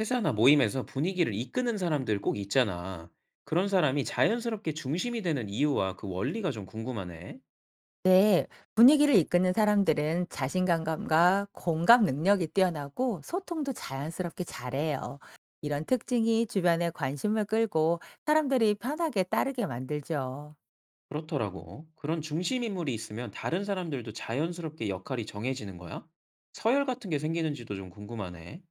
회사나 모임에서 분위기를 이끄는 사람들 꼭 있잖아. 그런 사람이 자연스럽게 중심이 되는 이유와 그 원리가 좀 궁금하네. 네, 분위기를 이끄는 사람들은 자신감과 공감 능력이 뛰어나고 소통도 자연스럽게 잘해요. 이런 특징이 주변에 관심을 끌고 사람들이 편하게 따르게 만들죠. 그렇더라고. 그런 중심 인물이 있으면 다른 사람들도 자연스럽게 역할이 정해지는 거야? 서열 같은 게 생기는지도 좀 궁금하네.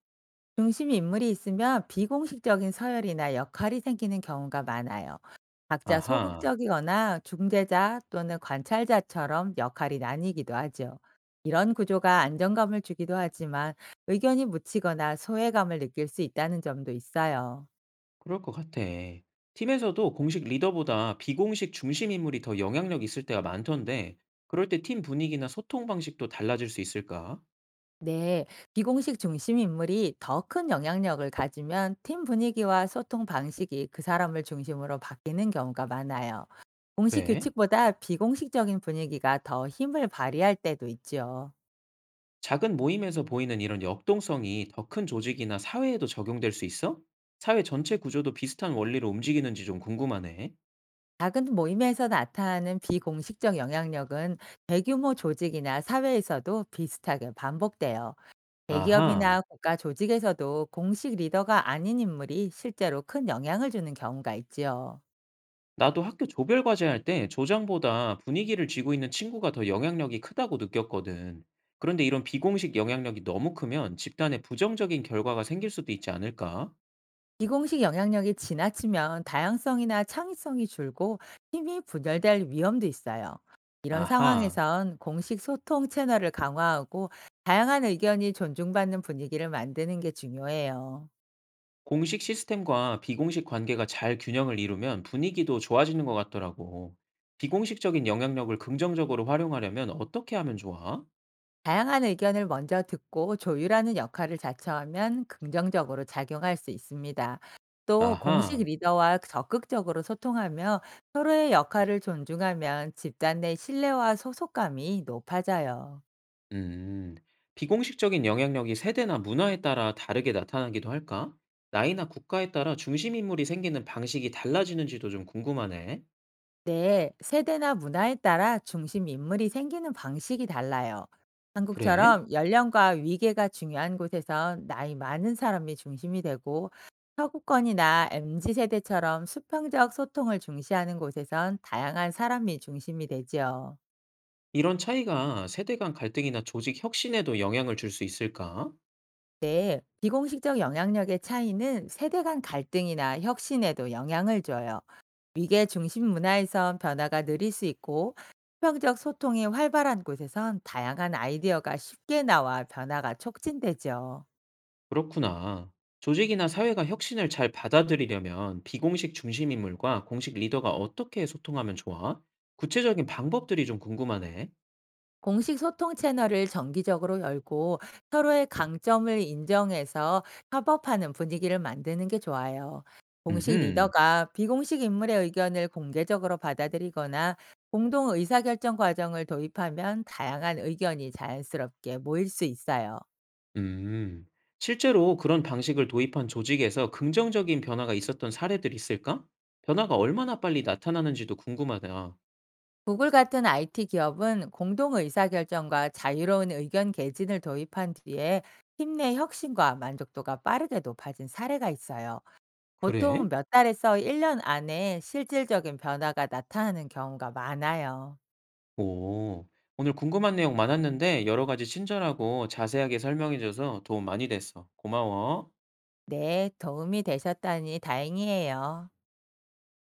중심 인물이 있으면 비공식적인 서열이나 역할이 생기는 경우가 많아요. 각자 아하, 소극적이거나 중재자 또는 관찰자처럼 역할이 나뉘기도 하죠. 이런 구조가 안정감을 주기도 하지만 의견이 묻히거나 소외감을 느낄 수 있다는 점도 있어요. 그럴 것 같아. 팀에서도 공식 리더보다 비공식 중심 인물이 더 영향력 있을 때가 많던데, 그럴 때 팀 분위기나 소통 방식도 달라질 수 있을까? 네, 비공식 중심 인물이 더 큰 영향력을 가지면 팀 분위기와 소통 방식이 그 사람을 중심으로 바뀌는 경우가 많아요. 공식 그래? 규칙보다 비공식적인 분위기가 더 힘을 발휘할 때도 있죠. 작은 모임에서 보이는 이런 역동성이 더 큰 조직이나 사회에도 적용될 수 있어? 사회 전체 구조도 비슷한 원리로 움직이는지 좀 궁금하네. 작은 모임에서 나타나는 비공식적 영향력은 대규모 조직이나 사회에서도 비슷하게 반복돼요. 아하, 대기업이나 국가 조직에서도 공식 리더가 아닌 인물이 실제로 큰 영향을 주는 경우가 있지요. 나도 학교 조별 과제 할 때 조장보다 분위기를 쥐고 있는 친구가 더 영향력이 크다고 느꼈거든. 그런데 이런 비공식 영향력이 너무 크면 집단에 부정적인 결과가 생길 수도 있지 않을까? 비공식 영향력이 지나치면 다양성이나 창의성이 줄고 팀이 분열될 위험도 있어요. 이런 아하. 상황에선 공식 소통 채널을 강화하고 다양한 의견이 존중받는 분위기를 만드는 게 중요해요. 공식 시스템과 비공식 관계가 잘 균형을 이루면 분위기도 좋아지는 것 같더라고. 비공식적인 영향력을 긍정적으로 활용하려면 어떻게 하면 좋아? 다양한 의견을 먼저 듣고 조율하는 역할을 자처하면 긍정적으로 작용할 수 있습니다. 또 공식 아하, 리더와 적극적으로 소통하며 서로의 역할을 존중하면 집단 내 신뢰와 소속감이 높아져요. 음, 비공식적인 영향력이 세대나 문화에 따라 다르게 나타나기도 할까? 나이나 국가에 따라 중심인물이 생기는 방식이 달라지는지도 좀 궁금하네. 네, 세대나 문화에 따라 중심 인물이 생기는 방식이 달라요. 그래? 한국처럼 연령과 위계가 중요한 곳에선 나이 많은 사람이 중심이 되고, 서구권이나 MZ 세대처럼 수평적 소통을 중시하는 곳에선 다양한 사람이 중심이 되지요. 이런 차이가 세대 간 갈등이나 조직 혁신에도 영향을 줄 수 있을까? 네, 비공식적 영향력의 차이는 세대 간 갈등이나 혁신에도 영향을 줘요. 위계 중심 문화에선 변화가 느릴 수 있고, 수평적 소통이 활발한 곳에선 다양한 아이디어가 쉽게 나와 변화가 촉진되죠. 그렇구나. 조직이나 사회가 혁신을 잘 받아들이려면 비공식 중심 인물과 공식 리더가 어떻게 소통하면 좋아? 구체적인 방법들이 좀 궁금하네. 공식 소통 채널을 정기적으로 열고 서로의 강점을 인정해서 협업하는 분위기를 만드는 게 좋아요. 공식 음흠. 리더가 비공식 인물의 의견을 공개적으로 받아들이거나 공동 의사결정 과정을 도입하면 다양한 의견이 자연스럽게 모일 수 있어요. 음. 실제로 그런 방식을 도입한 조직에서 긍정적인 변화가 있었던 사례들이 있을까? 변화가 얼마나 빨리 나타나는지도 궁금하다. 구글 같은 IT 기업은 공동 의사결정과 자유로운 의견 개진을 도입한 뒤에 팀 내 혁신과 만족도가 빠르게 높아진 사례가 있어요. 보통 그래? 몇 달에서 1년 안에 실질적인 변화가 나타나는 경우가 많아요. 오. 오늘 궁금한 내용 많았는데 여러 가지 친절하고 자세하게 설명해줘서 도움 많이 됐어. 고마워. 네, 도움이 되셨다니 다행이에요.